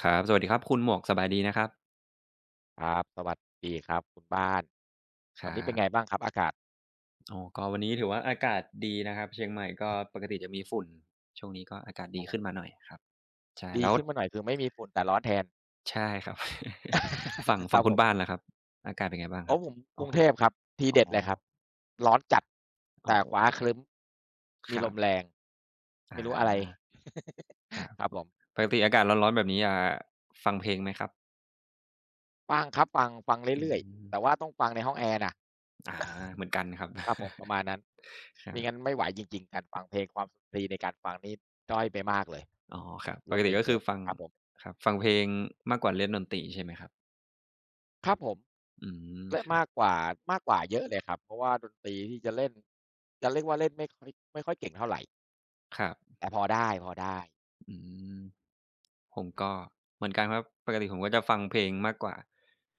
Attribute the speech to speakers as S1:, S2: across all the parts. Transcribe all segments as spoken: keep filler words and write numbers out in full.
S1: ครับสวัสดีครับคุณหมวกสบายดีนะครับ
S2: ครับสวัสดีครับคุณบ้าน
S1: ค
S2: วัน
S1: รั
S2: นี้เป็นไง
S1: บ
S2: บ้างครับอากาศ
S1: อ๋อก็วันนี้ถือว่าอากาศดีนะครับเชียงใหม่ก็ปกติจะมีฝุ่นช่วงนี้ก็อากาศดี
S2: อ๋อ
S1: ขึ้นมาหน่อยครับใช่
S2: ดี
S1: แล้ว
S2: ขึ้นมาหน่อยคือไม่มีฝุ่นแต่ร้อนแทน
S1: ใช่ครับ ฝั่ง
S2: ค
S1: ฝั่ง
S2: รับ
S1: คุ
S2: ผ
S1: ณบ้าน
S2: ม
S1: ล่ะครับอากาศเป็นไงบ้างค
S2: โอ้
S1: รั
S2: อ
S1: บ
S2: ผม
S1: อ๋
S2: ก
S1: อ
S2: รุง
S1: คุ
S2: เท
S1: ณ
S2: พครับที
S1: อ๋อ
S2: เด็ดเลยครับร้อนจัด
S1: อ๋
S2: แต่ฟ้า
S1: อ
S2: ครึ้ม
S1: ค
S2: มี
S1: รั
S2: ลมแร
S1: บ
S2: งไม่
S1: อา
S2: รู้อะไร
S1: ครับ
S2: ครับผม
S1: ปกติอากาศร้อนๆแบบนี้อ่าฟังเพลงไหมครับ
S2: ฟังครับฟังฟัง
S1: อื
S2: เรื่อย
S1: ม
S2: ๆแต่ว่าต้องฟังในห้องแอร์นะ
S1: อาเหมือนกันครับ
S2: ครับผมประมาณนั้น
S1: ครั
S2: ไม่งั้น
S1: บ
S2: ไม่ไหวจริงๆการฟังเพลงความสุนทรีย์ในการฟังนี่ด้อยไปมากเลย
S1: อ๋อครับป
S2: ลด
S1: ก
S2: ไป
S1: ติก็
S2: เย
S1: คือ
S2: อะ
S1: ฟัง
S2: ครับผม
S1: ครับฟังเพลงมากกว่าเล่นดนตรีใช่ไหมครับ
S2: ครับผม
S1: อืม
S2: และ
S1: ครับ
S2: มากกว่ามากกว่าเยอะเลยครับเพราะว่าดนตรีที่จะเล่นจะเรียกว่าเล่นไม่ค่อยไม่ค่อยเก่งเท่าไร
S1: ครับ
S2: แต่พอได้พอได้
S1: อืมผมก็เหมือนกันครับปกติผมก็จะฟังเพลงมากกว่า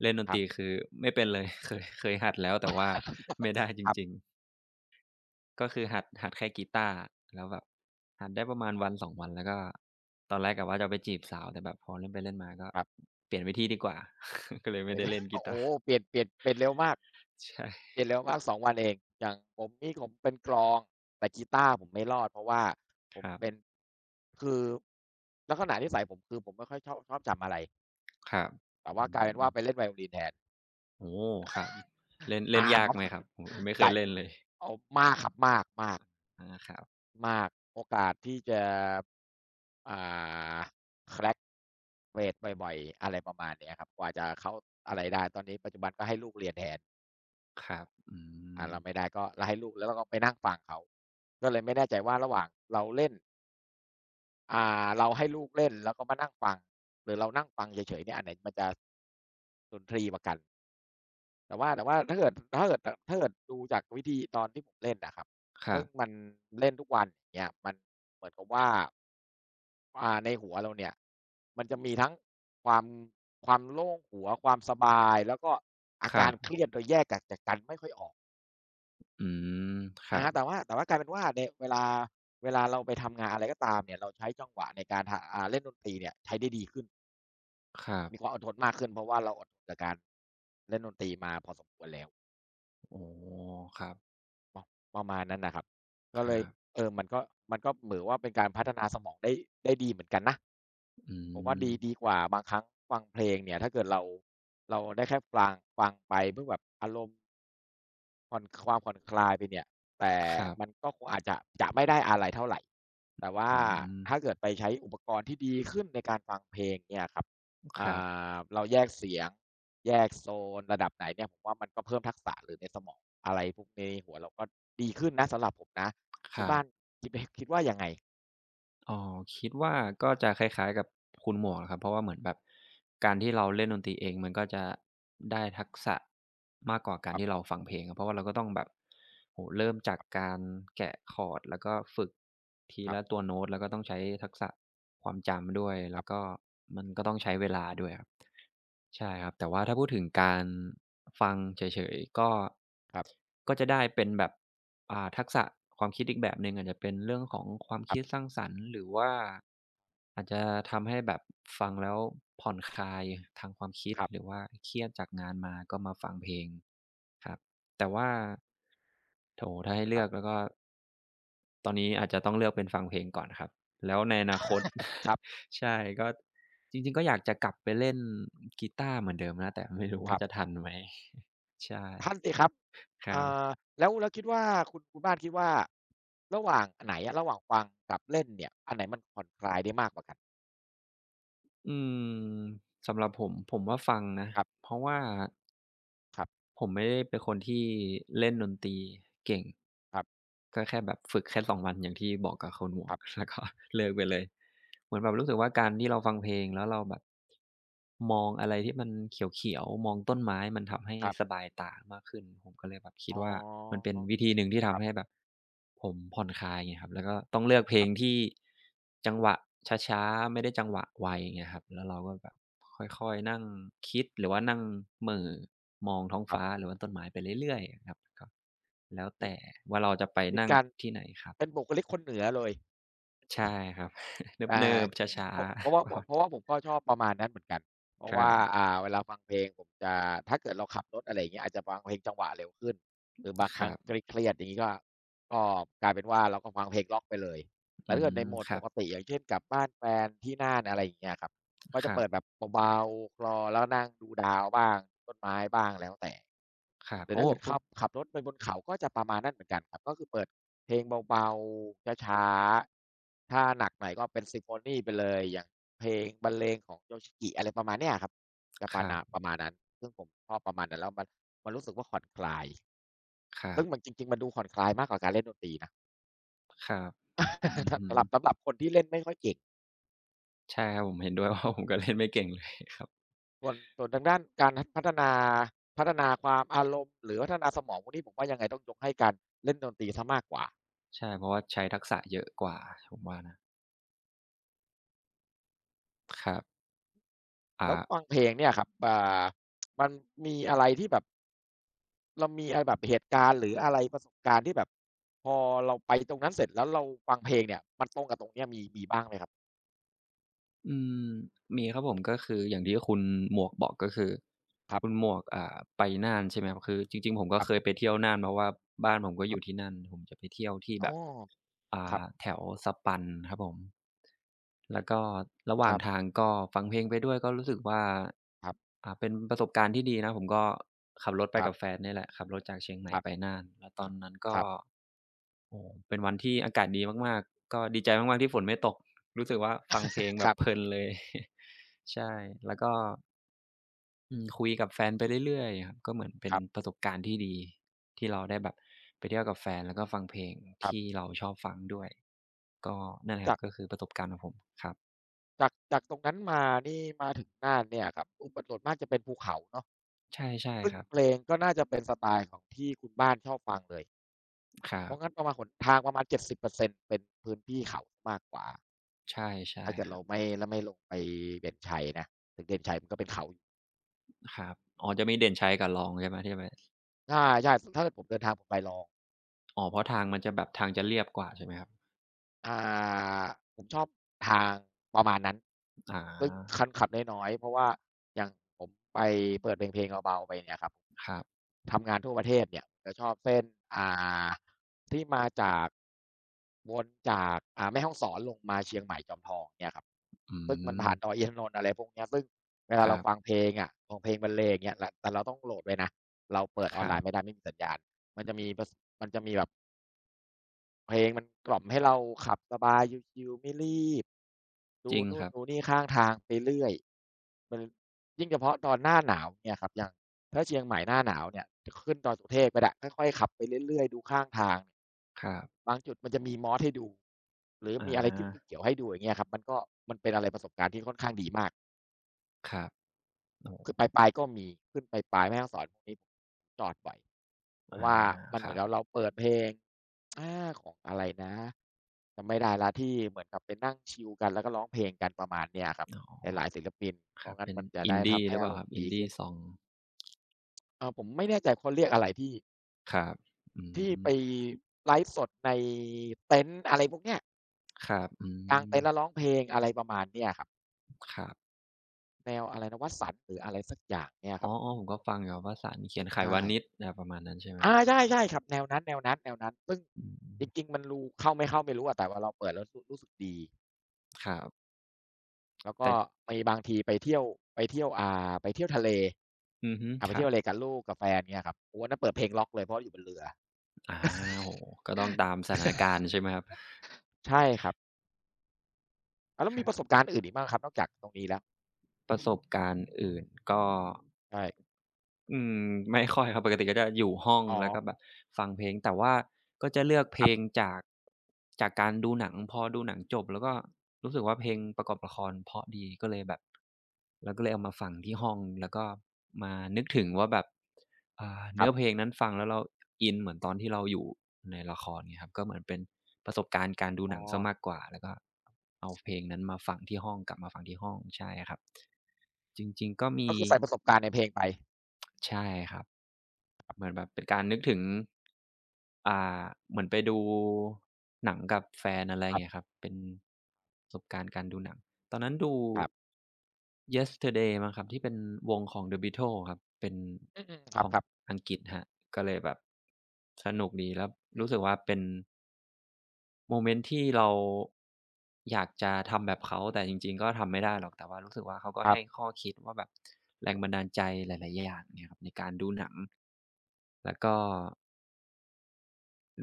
S1: เล่นดน
S2: ค
S1: ต
S2: รั
S1: รี
S2: บ
S1: คือไม่เป็นเลย เคยเคยหัดแล้วแต่ว่าไม่
S2: ค
S1: ได้จ
S2: ร
S1: ริง
S2: ั
S1: ๆก็คือหัดหัดแค่กีตาร์แล้วแบบหัดได้ประมาณวันสองวันแล้วก็ตอนแรกกะว่าจะเอาไปจีบสาวแต่แบบพอเล่นไปเล่นมาก็
S2: บๆ
S1: เปลี่ยนวิธีดีกว่า ก็เลยไม่
S2: เห็น
S1: ได้
S2: ไหม
S1: เล่น กี
S2: โอ้
S1: ตาร์
S2: โฮเปลี่ยนเปลี่ยนเปลี่ยนเร็วมาก
S1: ใช่
S2: เปลี่ยนเร็วมากสองวันเองอย่างผมนี่ผมเป็นกลองแต่กีตาร์ผมไม่รอดเพราะว่าผ
S1: ค
S2: ม
S1: รับ
S2: เป็นคือลักษณะนิสัยผมคือผมไม่ค่อยชอบชอบจำอะไร
S1: ครับ
S2: แต่
S1: อื
S2: ว่ากลายเป็น
S1: ม
S2: ว่าไปเล่นไวโอลินแทน
S1: โอ้โฮครับเล่นเล่น
S2: อา
S1: ยา
S2: ป
S1: ก
S2: ระมา
S1: ไหม
S2: ณ
S1: ครับโอ้โฮยังไม่เค
S2: ก
S1: ย
S2: ลาย
S1: เล่นเลย
S2: โอ้มากครับมากมาก
S1: อาครับ
S2: มากโอกาสที่จะอ่า crack เวตบ่อยๆอะไรประมาณเนี้ยครับกว่าจะเข้าอะไรได้ตอนนี้ปัจจุบันก็ให้ลูกเรียนแทน
S1: ครับอื
S2: อ่า
S1: ม
S2: เราไม่ได้ก็เราให้ลูกแล้วเราก็ไปนั่งฟังเขาก็เลยไม่แน่ใจว่าระหว่างเราเล่นอ่าเราให้ลูกเล่นแล้วก็มานั่งฟังหรือเรานั่งฟังเฉยๆเนี่ยอันไหนมันจะสุนทรีย์กว่ากัน แต่ว่าแต่ว่าถ้าเกิดถ้าเกิดถถ้าเกิดดูจากวิธีตอนที่ผมเล่นอะครับ
S1: ครั
S2: ซึ่ง
S1: บ
S2: มันเล่นทุกวันอย่างเงี้ยมันเหมือนกับว่าอ่าในหัวเราเนี่ยมันจะมีทั้งความความโล่งหัวความสบายแล้วก็อา
S1: ครั
S2: การเค
S1: บ
S2: รียดโดยแยกกักจากกันไม่ค่อยออก
S1: อืมครั
S2: อะ
S1: บ
S2: แต่ว่าแต่ว่ากลายเป็นว่าในเวลาเวลาเราไปทำงานอะไรก็ตามเนี่ยเราใช้จังหวะในการทอ่าเล่นดนตรีเนี่ยใช้ได้ดีขึ้น
S1: ครับ
S2: มีความอดทนมากขึ้นเพราะว่าเราอดทนกับการเล่นดนตรีมาพอสมควรแล้ว
S1: โอ้ครับ
S2: ปประมาณนั้นน่ะครับ
S1: ค
S2: ก็เล
S1: รั
S2: ย
S1: บ
S2: เออมันก็มันก็เหมือว่าเป็นการพัฒนาสมองได้ได้ดีเหมือนกันนะ
S1: อื
S2: ผมว่า
S1: ม
S2: ดีดีกว่าบางครั้งฟังเพลงเนี่ยถ้าเกิดเราเราได้แค่ฟลังฟังไปเพื่อแบบอารมณ์ผ่อนความผ่อนคลายไปเนี่ยแต่
S1: ครับ
S2: มันก็คงอาจจะจะไม่ได้อะไรเท่าไรแต่ว่า
S1: อืม
S2: ถ้าเกิดไปใช้อุปกรณ์ที่ดีขึ้นในการฟังเพลงเนี่ยครับ
S1: ค
S2: อ่
S1: รับ
S2: าเราแยกเสียง แยกโซนระดับไหนเนี่ยผมว่ามันก็เพิ่มทักษะหรือในสมองอะไรพวกนี้หัวเราก็ดีขึ้นนะสำหรับผมนะ
S1: ค
S2: คุณ
S1: รั
S2: บ้า
S1: บ
S2: นคิดคิดว่ายังไง
S1: อ๋อคิดว่าก็จะคล้ายๆกับคุณหมวกนะครับเพราะว่าเหมือนแบบการที่เราเล่นดนตรีเองมันก็จะได้ทักษะมากกว่ากา
S2: ค
S1: ร
S2: รั
S1: ที่เรา
S2: บ
S1: ฟังเพลงอะเพราะว่าเราก็ต้องแบบโอ้โฮเริ่มจากการแกะคอร์ดแล้วก็ฝึกที
S2: ครั
S1: ละตั
S2: บ
S1: วโน้ตแล้วก็ต้องใช้ทักษะความจำด้วย
S2: ค
S1: แล้
S2: รั
S1: วก็
S2: บ
S1: มันก็ต้องใช้เวลาด้วยครับ ใช่ครับแต่ว่าถ้าพูดถึงการฟังเฉยๆก็
S2: ครับ
S1: ก็จะได้เป็นแบบอ่าทักษะความคิดอีกแบบหนึ่งอาจจะเป็นเรื่องของความ
S2: ค
S1: คิ
S2: รั
S1: ด
S2: บ
S1: สร้างสรรค์หรือว่า อาจจะทำให้แบบฟังแล้วผ่อนคลายทางความคิด
S2: ครั
S1: หรือ
S2: บ
S1: ว่าเครียดจากงานมาก็มาฟังเพลงครับแต่ว่าโอถ้าให้
S2: ค
S1: เลื
S2: รั
S1: อกแล้ว
S2: บ
S1: ก็ตอนนี้อาจจะต้องเลือกเป็นฟังเพลงก่อนครับแล้วในอนาคต
S2: ครับ
S1: ใช่ก็จริงๆก็อยากจะกลับไปเล่นกีตาร์เหมือนเดิมนะแต่ไม่รู้ว่าจะ
S2: คั
S1: ทันไหม ใช่
S2: นนสิครับ
S1: ครั
S2: อ่า
S1: บ
S2: แล้วแล้วคิดว่าคุณคุณบ้านคิดว่าระหว่างอันไหนอะระหว่างฟังกับเล่นเนี่ยอันไหนมันผ่อนคลายได้มากกว่ากัน
S1: อืมสำหรับผมผมว่าฟังนะ
S2: ครับ
S1: เพราะว่า
S2: ครับ
S1: ผมไม่ได้เป็นคนที่เล่นดนตรีเก่ง
S2: ครับ
S1: ก็แค่แบบฝึกแค่สองวันอย่างที่บอกกับคุณหมว
S2: ค
S1: ก
S2: รั บ
S1: แล้วก็เลิกไปเลยเหมือนแบบรู้สึกว่าการที่เราฟังเพลงแล้วเราแบบมองอะไรที่มันเขียวๆมองต้นไม้มันทำให้
S2: ครั
S1: ส
S2: บ
S1: บายตามากขึ้นผมก็เลยแบบคิด
S2: อ๋อ
S1: ว่ามันเป็นวิธีหนึ่งที่
S2: ค
S1: ทำ
S2: รั
S1: ให้แบ
S2: บ
S1: บผมผ่อนคลายเงี้ยครับแล้วก็ต้องเลือกเพล
S2: ครั
S1: ง
S2: บ
S1: ที่จังหวะช้าๆไม่ได้จังหวะไวเงี้ยครับแล้วเราก็แบบค่อยๆนั่งคิดหรือว่านั่งเหม่อ มองท้อง
S2: ครั
S1: ฟ้า
S2: บ
S1: หรือว่าต้นไม้ไปเรื่อยๆครับก็แล้ว
S2: นี่
S1: แต่ว่าเราจะไป
S2: เป็น
S1: นั่ง
S2: การ
S1: ที่ไหนครับ
S2: เป็นบุคลิกคนเหนือเลย
S1: ใช่ครับ
S2: อ
S1: เนิ
S2: า
S1: บๆช้า
S2: เพราะ
S1: ๆ
S2: เพราะ ว่า
S1: ประมา
S2: เพราะ
S1: ณ
S2: ว่าผมก็ชอบประมาณนั้นเหมือนกันเพ
S1: ค
S2: ราะ
S1: รั
S2: ว่า
S1: บ
S2: อ่าเวลาฟังเพลงผมจะถ้าเกิดเราขับรถอะไรอย่างเงี้ยอาจจะฟังเพลงจังหวะเร็วขึ้นหรือบาง
S1: ค
S2: ครั้
S1: รั
S2: ง
S1: บ
S2: เครียดๆอย่างงี้ก็ก็กลายเป็นว่าเราก็ฟังเพลงร็อกไปเลยแต่
S1: อื
S2: ถ้าเกิดใน
S1: ม
S2: โหมด
S1: ครั
S2: ป
S1: บ
S2: กติอย่างเช่นกลับบ้านแฟนที่น่านอะไรอย่างเงี้ยครับก็
S1: ค
S2: จะ
S1: รั
S2: เปิดแบ
S1: บ
S2: บเบาๆคลอแล้วนั่งดูดาวบ้างต้นไม้บ้างแล้วแต่
S1: ครับ
S2: หรือ
S1: โอ้
S2: ถ้าเกิด
S1: พูด
S2: ขับขับรถไปบนเขาก็จะประมาณนั้นเหมือนกันครับก็คือเปิดเพลงเบาๆช้าๆถ้าหนักหน่อยก็เป็นซิมโฟนีไปเลยอย่างเพลงบรรเลงของ Yoshiki อะไรประมาณเนี้ยครับจะ
S1: ค
S2: ปา
S1: รั
S2: นา
S1: บ
S2: ประมาณนั้นซึ่งผมชอบประมาณนั้นแล้วมันมันรู้สึกว่าผ่อนคลาย
S1: ครั
S2: ซึ่
S1: บ
S2: งมันจริงๆมันดูผ่อนคลายมากกว่าการเล่นดนตรีนะ
S1: ครับอื อ
S2: ถ้า
S1: ฮึ
S2: สำหรับสำหรับคนที่เล่นไม่ค่อยเก่ง
S1: ใช่ครับผมเห็นด้วย ว่าผมก็เล่นไม่เก่งเลยครับ
S2: ส่วนส่วนทางด้านการทพัฒนาพัฒนาความอารมณ์หรือพัฒนาสมองพวกนี้ผมว่ายังไงต้องยกให้การเล่นดนตรีเสียมากกว่า
S1: ใช่เพราะว่าใช้ทักษะเยอะกว่าผมว่านะครับ
S2: แล้วฟั
S1: อ่า
S2: งเพลงเนี่ยครับอ่ามันมีอะไรที่แบบเรามีอะไรแบบเหตุการณ์หรืออะไรประสบการณ์ที่แบบพอเราไปตรงนั้นเสร็จแล้วเราฟังเพลงเนี่ยมันตรงกับตรงเนี้ยมีมีบ้างไหมครับ
S1: อืมมีครับผมก็คืออย่างที่คุณหมวกบอกก็คือ
S2: ครั
S1: คุณ
S2: บ
S1: หมวกอ่าไปน่านใช่ไหมครับคือจริงๆผมก็
S2: ครั
S1: เคย
S2: บ
S1: ไปเที่ยวน่านเพราะว่าบ้านผมก็
S2: ค
S1: อ
S2: รั
S1: ยู่
S2: บ
S1: ที่นั่นผมจะไปเที่ยวที่
S2: อ๋
S1: แบ
S2: อ
S1: บ
S2: ครั
S1: อ่า
S2: บ
S1: แถวสปันครับผม
S2: อื
S1: แล้ว
S2: ม
S1: ก็ระห
S2: ค
S1: ว่าง
S2: รับ
S1: ทางก็ฟังเพลงไปด้วยก็รู้สึกว่า
S2: ครับ
S1: อ่าเป็นประสบการณ์ที่ดีนะผมก็ขับรถไป
S2: ครั
S1: กับแฟ
S2: บ
S1: นเนี่ยแหละขับรถจากเชียงใหม่
S2: ครั
S1: ไป
S2: บ
S1: น่านแล้วตอนนั้นก็
S2: ครับ
S1: โอ้โฮเป็นวันที่อากาศดีมากๆก็ดีใจมากๆที่ฝนไม่ตกรู้สึกว่าฟังเพลงแบ
S2: ค
S1: บ
S2: รั
S1: เพ
S2: บ
S1: ลินเลย ใช่แล้วก็อืมคุยกับแฟนไปเรื่อยๆครับก็เหมือนเป็น
S2: ครั
S1: ป
S2: บ
S1: ระสบการณ์ที่ดีที่เราได้แบบไปเที่ยวกับแฟนแล้วก็ฟังเพลง
S2: ครั
S1: ที่
S2: บ
S1: เราชอบฟังด้วยก็นั่นแหละครั
S2: จา
S1: บ
S2: ก
S1: ก็คือประสบการณ์ของผมครับ
S2: จากจากตรงนั้นมานี่มาถึงน่านเนี่ยครับอุปส่วนมากจะเป็นภูเขาเนาะ
S1: ใช่ใช่
S2: ซึ่
S1: ค
S2: ง
S1: รับ
S2: เพลงก็น่าจะเป็นสไตล์ของที่คุณบ้านชอบฟังเลย
S1: ครั
S2: เพราะงั้
S1: บ
S2: นประมาณหนทางประมาณเจ็ดสิบเปอร์เซ็นต์เปอร์เซ็นต์เป็นพื้นที่เขามากกว่า
S1: ใช่ใช่
S2: ถ้าเกิด
S1: ครับ
S2: เราไม่แล้วไม่ลงไปเด่นชัยนะถึงเด่นชัยมันก็เป็นเขา
S1: ครับอ๋อจะมีเด่นชัยกับรองใช่ไหมที่จะไป
S2: ใช่ๆถ้าเกิดผมเดินทางผมไปลอง
S1: อ๋อเพราะทางมันจะแบบทางจะเรียบกว่าใช่ไหมครับ
S2: อ่าผมชอบทางประมาณนั้น
S1: อา
S2: ซึ่งคันขับน้อยๆเพราะว่าอย่างผมไปเปิดเพลงๆเบาๆไปเนี่ยครับ
S1: ครับ
S2: ทำงานทั่วประเทศเนี่ยจะชอบเส้นอ่าที่มาจากวนจากอ่าแม่ฮ่องสอนลงมาเชียงใหม่จอมทองเนี่ยครับ
S1: อื
S2: ซึ่งมัน
S1: ม
S2: ผ่านดอยอินทนนท์อะไรพวกเนี้ยซึ่งเวลา
S1: ค
S2: เรา
S1: รั
S2: ฟัง
S1: บ
S2: เพลงอะของเพลงบรรเลงอย่างเงี้ยลแต่เราต้องโหลดไว้นะเราเปิดอ
S1: ค
S2: อนไล
S1: รับ
S2: น์ไม่ได้ไม่มีสัญญาณมันจะมีพมันจะมีแบบ เพลงมันกล่อมให้เราขับสบายชิลๆไม่รีบ
S1: จ
S2: ดู
S1: ริงค
S2: นู่น
S1: รับ
S2: ดูนี่ข้างทางไปเรื่อยมันยิ่งเฉพาะตอนหน้าหนาวเนี่ยครับอย่างถ้าเชียงใหม่หน้าหนาวเนี่ยจะขึ้นดอยสุเทพก็ไปแล้ค่อยๆขับไปเรื่อยๆดูข้างทาง
S1: ครับ
S2: บางจุดมันจะมีมอสให้ดูหรือ
S1: อา
S2: มีอะไรที่ที่เขียวๆให้ดูอย่างเงี้ยครับมันก็มันเป็นอะไรประสบการณ์ที่ค่อนข้างดีมาก
S1: ครับโอ้โฮ
S2: คือปลายๆก็มีขึ้นปลายๆแม่ฮ่องสอนพวกนี้จอดบ่อยเพราะ
S1: อา
S2: ว่ามัน
S1: ค
S2: เหมื
S1: รั
S2: อนกับ
S1: บ
S2: เราเปิดเพลงอาของอะไรนะจำไม่ได้แล้วที่เหมือนกับไปนั่งชิลกันแล้วก็ร้องเพลงกันประมาณเนี้ยครับ
S1: อ๋
S2: ห
S1: อ
S2: ลายๆศิลปิน
S1: ค
S2: เพ
S1: รั
S2: ราะ
S1: บ
S2: งั้
S1: เป็
S2: น
S1: น
S2: มันจะได้
S1: Indie
S2: ทำ
S1: ห
S2: ให้
S1: รือเป
S2: อา
S1: ล่า
S2: ร
S1: ค
S2: ม
S1: รับ
S2: ณ์ดี
S1: Indie
S2: ขึ้น
S1: Song
S2: เออผมไม่แน่ใจเขาเรียกอะไรที่
S1: ครับอื
S2: ที่
S1: ม
S2: ไปไลฟ์สดในเต็นท์อะไรพวกเนี้ย
S1: ครับอื
S2: กาง
S1: ม
S2: เต็นท์แล้วร้องเพลงอะไรประมาณเนี้ยครับ
S1: ครับ
S2: แนวอะไรนะวสันต์หรืออะไรสักอย่างเนี่ยค
S1: อ๋
S2: รั
S1: อ
S2: บ
S1: ๆผมก็ฟังอยู่ครับวสันต์เขียนไข
S2: ใช่
S1: วานิชอะไรประมาณนั้นใช่ไหมค
S2: อา
S1: รับ
S2: ใช่ใช่ครับแนวนั้นแนวนั้นแนวนั้นซึ่ง
S1: อื
S2: จริ
S1: ม
S2: งๆมันรูเข้าไม่เข้าไม่รู้อะแต่ว่าเราเปิดแล้วรู้รู้สึกดี
S1: ครับ
S2: แล้ว
S1: แต่
S2: ก็มีบางทีไปเที่ยวไปเที่ยวอ่าไปเที่ยวทะเล
S1: อือฮึ
S2: อ่าไป
S1: ครั
S2: เที่ย
S1: บ
S2: วทะเลกับลูกกับแฟนเงี้ยครับโอ้อันนั้นเปิดเพลงร็อกเลยเพราะอยู่บนเรือ
S1: อาโอ้โฮก็ต้องตามสถานการณ์ใช่ไหมครับ
S2: ใช่ครับอาแล้ว
S1: ค
S2: มี
S1: รั
S2: ประ
S1: บ
S2: สบการณ์อื่นอีกบ้างครับนอกจากตรงนี้แล้ว
S1: ประสบการณ์อื่นก็
S2: ใช่
S1: อืมไม่ค่อยครับปกติก็จะอยู่ห้อง
S2: อ๋
S1: แล้วก็แบ
S2: อ
S1: บฟังเพลงแต่ว่าก็จะเลือกเพล
S2: ค
S1: ง
S2: ร
S1: จากจากการดูหนังพอดูหนังจบแล้วก็รู้สึกว่าเพลงประกอบละครเพราะดีก็เลยแบบเราก็เลยเอามาฟังที่ห้องแล้วก็มานึกถึงว่าแบบอ่าเนื้
S2: ั
S1: อ
S2: บ
S1: เพลงนั้นฟังแล้วเราอินเหมือนตอนที่เราอยู่ในละครเงี้ยครับก็เหมือนเป็นประสบการณ์การดู
S2: ๆ
S1: ห
S2: อ๋
S1: นั
S2: อ
S1: งเสียมากกว่าแล้วก็เอาเพลงนั้นมาฟังที่ห้องกลับมาฟังที่ห้องใช่ครับจริงๆก็มี
S2: ก็คือใส่ประสบการณ์ในเพลงไป
S1: ใช่ครับ เหมือนแบบเป็นการนึกถึงอ่าเหมือนไปดูหนังกับแฟนอะไรอย่างเงี้ยค
S2: ค
S1: รับเป็นประสบการณ์การดูหนัง ตอนนั้นดู
S2: รับๆ
S1: เยสเตอร์เดย์ มั้งครับที่เป็นวงของ เดอะบีเทิลส์ ครับเป็น
S2: อืมๆค
S1: ของ
S2: รับ
S1: อังกฤษครับก็เลยแบบสนุกดีแล้ว
S2: ๆอื
S1: รู้สึก
S2: ม
S1: ว่าเป็นโมเมนต์ที่เราอยากจะทำแบบเขา แต่จริงๆก็ทำไม่ได้หรอก แต่ว่ารู้สึกว่าเขาก็
S2: ค
S1: ให้
S2: ร
S1: ข้อคิดว่าแบบแรงบันดาลใจหลายๆ อย่างเงี้ยครับในการดูหนังแล้วก็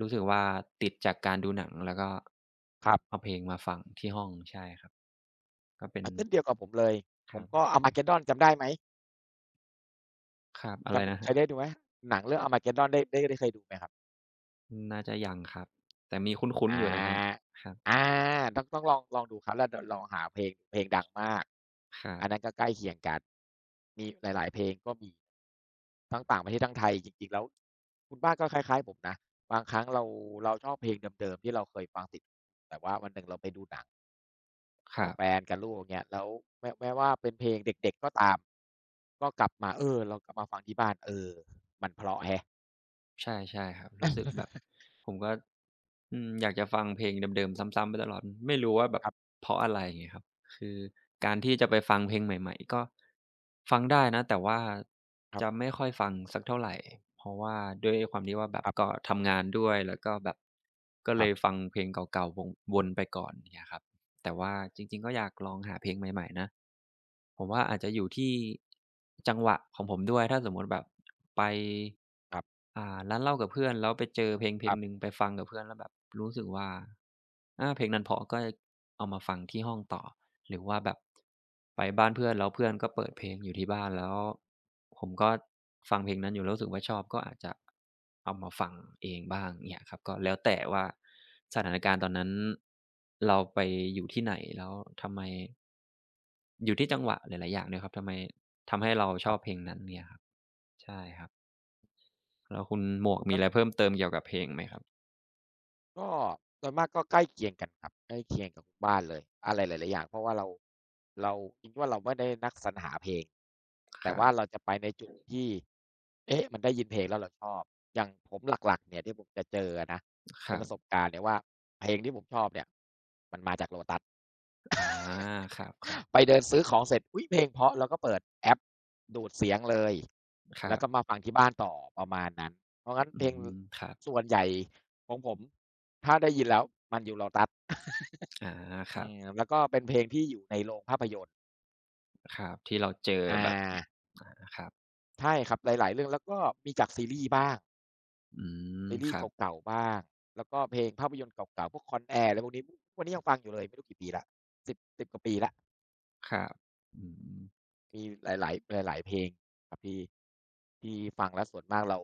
S1: รู้สึกว่าติดจากการดูหนังแล้วก็
S2: ับ
S1: เอา
S2: ๆ
S1: เพลงมาฟังที่ห้องใช่ครับก็เป็น
S2: อาเช่นเดียวกับผมเลย
S1: ค
S2: ผ
S1: รั
S2: มก็
S1: บ
S2: Armageddon จำได้ไหม
S1: ครับอะไรนะ
S2: จำ
S1: ค
S2: เค
S1: รั
S2: ยได้
S1: บ
S2: ดูไหมหนังเรื่อง Armageddon ได้ได้ได้เคยดูไหมครับ
S1: น่าจะยังครับแต่มีคุ้น
S2: อ
S1: ๆอยู่นะครับ
S2: า
S1: ครับ
S2: อาต้องต้องลองลองดูครับแล้วเดี๋ยวลองหาเพลงเพลงดังมาก
S1: ครั
S2: อันนั้น
S1: บ
S2: ก็ใกล้เคียงกันมีหลายๆเพลงก็มีทั้งต่างประเทศทั้งไทยจริงๆแล้วคุณบ้านก็คล้ายๆผมนะบางครั้งเราเราชอบเพลงเดิมๆที่เราเคยฟังติดแต่ว่าวันหนึ่งเราไปดูหนัง
S1: ครั
S2: กับ
S1: บ
S2: แฟนกับลูกอย่างเงี้ยแล้วแม้แม้ว่าเป็นเพลงเด็กๆก็ตามก็กลับมาเออเรากลับมาฟังที่บ้านเออมันเพราะแฮะ
S1: ใช่ใช่ครับรู้สึกแบบผมก็อืมอยากจะฟังเพลงเดิมๆซ้ำๆไปตลอดไม่รู้ว่าแบบ
S2: ครับ
S1: เพราะอะไรอย่างเงี้ยครับคือการที่จะไปฟังเพลงใหม่ๆก็ฟังได้นะแต่ว่า
S2: ครั
S1: จะ
S2: บ
S1: ไม่ค่อยฟังสักเท่าไรเพราะว่าด้วยความที่ว่าแบบ
S2: ครั
S1: ก็
S2: บ
S1: ทำงานด้วยแล้วก็แบบก็
S2: ค
S1: เล
S2: รั
S1: ย
S2: บ
S1: ฟังเพลงเก่าๆวงวนไปก่อนอย่างเงี้ยครับ แต่ว่าจริงๆก็อยากลองหาเพลงใหม่ๆนะผมว่าอาจจะอยู่ที่จังหวะของผมด้วยถ้าสมมุติแบบไป
S2: ครับ
S1: อ่าร้านเหล้ากับเพื่อนแล้วไปเจอเพลงเพล
S2: ค
S1: ง
S2: รั
S1: หนึ่ง
S2: บ
S1: ไปฟังกับเพื่อนแล้วแบบรู้สึกว่าอาเพลงนั้นเพราะก็เอามาฟังที่ห้องต่อ หรือว่าแบบไปบ้านเพื่อนแล้วเพื่อนก็เปิดเพลงอยู่ที่บ้านแล้วผมก็ฟังเพลงนั้นอยู่แล้วรู้สึกว่าชอบก็อาจจะเอามาฟังเองบ้างเนี่ยครับก็แล้วแต่ว่าสถานการณ์ตอนนั้นเราไปอยู่ที่ไหนแล้วทำไมอยู่ที่จังหวะหลายๆอย่างด้วยครับทำไมทำให้เราชอบเพลงนั้นเนี่ยครับใช่ครับแล้วคุณหมวก
S2: ค
S1: มี
S2: รั
S1: อะไร
S2: บ
S1: เพิ่มเติมเกี่ยวกับเพลงไหมครับ
S2: ก็ก็โดยมากก็ใกล้เคียงกันครับใกล้เคียงกับคุณบ้านเลยอะไรหลายๆอย่างเพราะว่าเราเราคิดว่าเราไม่ได้นักสรรหาเพลง
S1: ค
S2: แต่
S1: รับ
S2: ว่าเราจะไปในจุดที่เอ๊ะมันได้ยินเพลงแล้วเราชอบอย่างผมหลักๆเนี่ยที่ผมจะเจออะนะ
S1: ค
S2: เป็น
S1: รั
S2: ประสบ
S1: บ
S2: การณ์เนี่ยว่าเพลงที่ผมชอบเนี่ยมันมาจากโลตัส
S1: อาครั
S2: ไป
S1: บ
S2: เดินซื้อของเสร็จอุ๊ยเพลงเพราะแล้วก็เปิดแอปดูดเสียงเลย
S1: ๆครั
S2: แล้ว
S1: บ
S2: ก็มาฟังที่บ้านต่อประมาณนั้นเพราะงั้น
S1: อื
S2: เพลง
S1: มครับ
S2: ส่วนใหญ่ของผมถ้าได้ยินแล้วมันอยู่ Lotus
S1: อาค
S2: อื
S1: รับ
S2: มแล้วก็เป็นเพลงที่อยู่ในโรงภาพยนตร์
S1: ครับที่เราเจอ
S2: อา
S1: แบบอาครับ
S2: ใช่ครับหลายๆเรื่องแล้วก็มีจากซีรีส์บ้าง
S1: อืม
S2: ซี
S1: ค
S2: รีส์
S1: รับ
S2: เก่าๆบ้างแล้วก็เพลงภาพยนตร์เก่าๆพวก Con Air อะไรพวกนี้ทุกวันนี้ยังฟังอยู่เลยไม่รู้กี่ปีแล้ว สิบ- กว่าปีแล้ว
S1: ครับอืม
S2: มีหลายๆหลายๆเพลงครับที่ที่ฟังแล้วส่วนมากเรา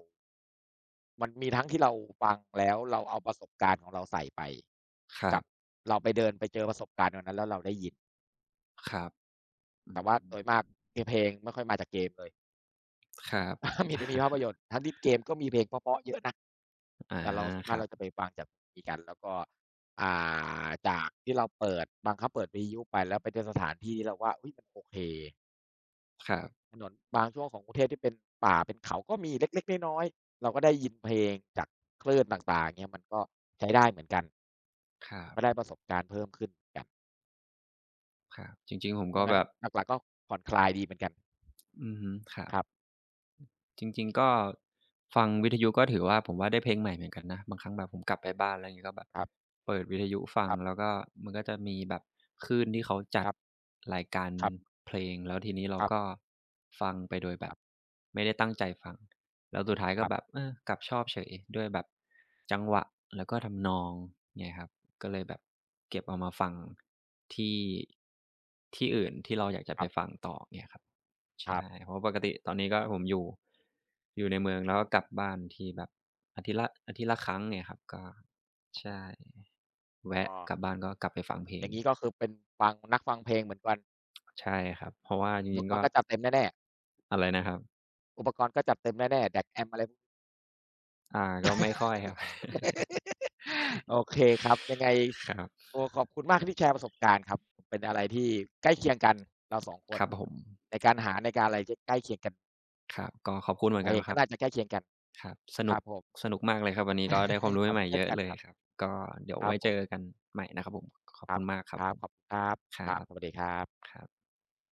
S2: มันมีทั้งที่เราฟังแล้วเราเอาประสบการณ์ของเราใส่ไป
S1: ครั
S2: กับ
S1: บ
S2: เราไปเดินไปเจอประสบการณ์วันนั้นแล้วเราได้ยิน
S1: ครับอื
S2: แต่ว่าโดยมาก
S1: ม
S2: คือเพลงไม่ค่อยมาจากเกมเลย
S1: ครับ
S2: มีแต่มีภาพยนตร์ ทั้งที่เกมก็มีเพลงเพราะๆเยอะนะ
S1: อา
S2: แต่เราส่วน
S1: ค
S2: มาก
S1: รับ
S2: เราจะไปฟังจากมีกันแล้วก็อ่าจากที่เราเปิดบังคับเปิดวิทยุไปแล้วไปเจอสถานที่ที่เราว่าอุ๊ยมันโอเค
S1: ครับ
S2: ถนนบางช่วงของกรุงเทพที่เป็นป่าเป็นเขาก็มีเล็กๆน้อยๆเราก็ได้ยินเพลงจากคลื่นต่างๆเงี้ยมันก็ใช้ได้เหมือนกัน
S1: ครับ
S2: ก็ได้ประสบการณ์เพิ่มขึ้นเหมือนกัน
S1: ครับจริงๆผม
S2: เพ
S1: ก็
S2: ราะงั้
S1: แบ
S2: น
S1: บ
S2: หลักๆก็ผ่อนคลายดีเหมือนกัน
S1: อือฮึครับ
S2: ครับ
S1: จริงๆก็ฟังวิทยุก็ถือว่าผมว่าได้เพลงใหม่เหมือนกันนะบางครั้งแบบผมกลับไปบ้านอะไรอย่างงี้ก็แบบ
S2: ครับ
S1: เปิดวิทยุฟัง
S2: ครั
S1: แล้ว
S2: บ
S1: ก็มันก็จะมีแบบคลื่นที่เขาจัด
S2: ครับ
S1: รายการ
S2: ครับ
S1: เพลงแล้วทีนี้เรา
S2: ครั
S1: ก็
S2: บ
S1: ฟังไปโดยแบ
S2: ค
S1: บ
S2: รับ
S1: ไม่ได้ตั้งใจฟังแล้วสุดท้าย
S2: ค
S1: ก็
S2: รั
S1: แบบ
S2: บ
S1: เออกลับชอบเฉยด้วยแบบจังหวะแล้วก็ทำนองเงี้ยครับก็เลยแบบเก็บเอามาฟังที่ที่อื่นที่เราอยากจะ
S2: ค
S1: ไป
S2: รั
S1: ฟัง
S2: บ
S1: ต่อเงี้ยครับ
S2: ครั
S1: ใช่
S2: บ
S1: เพราะปกติตอนนี้ก็ผมอยู่อยู่ในเมืองแล้วก็กลับบ้านทีแบบอาทิตย์ละอาทิตย์ละครั้งเนี่ยครับก็ใช่
S2: อ๋
S1: แวะ
S2: อ
S1: กลับบ้านก็กลับไปฟังเพล
S2: อ
S1: ง
S2: ย่างงี้ก็คือเป็นฟังนักฟังเพลงเหมือนกัน
S1: ใช่ครับเพราะว่าจ
S2: อุป
S1: ริง
S2: ก
S1: ๆ
S2: ร
S1: ก็
S2: ณ์ก็จัดเต็มแน่
S1: อะไรนะครับ
S2: ๆอุปกรณ์ก็จัดเต็มแน่ๆ ดี เอ ซี-เอ เอ็ม อะไรพวก
S1: อ่าก็ไม่ค่อยครับ
S2: โอเคครับยังไง
S1: ครับ
S2: โอ้ขอบคุณมากที่แชร์ประสบการณ์ครับเป็นอะไรที่ใกล้เคียงกันเราสองค
S1: ค
S2: น
S1: รับผม
S2: ในการหาในการอะไรที่ใกล้เคียงกัน
S1: ครับก็ขอบคุณเหมือน
S2: เรา
S1: กัน
S2: เอง
S1: ค
S2: ก็
S1: รับ
S2: น่าจะใกล้เคียงกัน
S1: ครับส
S2: ค
S1: นุก
S2: รับผม
S1: สนุกมากเลยครับวันนี้ก็ได้ความรู้
S2: ครับ
S1: ใหม่ๆ
S2: เช่
S1: เย
S2: น
S1: อะ
S2: กัน
S1: เล
S2: ค
S1: ย
S2: รั
S1: ครับ
S2: บ
S1: ก็เดี๋ยว
S2: ครับ
S1: ไว้
S2: ผ
S1: เจ
S2: ม
S1: อกันใหม่นะครับผมขอบ
S2: ครั
S1: คุ
S2: บ
S1: ณมากครั
S2: ค
S1: บ
S2: รั
S1: ผ
S2: บ
S1: ม
S2: ขอบคุณครับ
S1: ค
S2: ค
S1: รั
S2: รับ
S1: บ
S2: สวัสดีครับ
S1: ครับ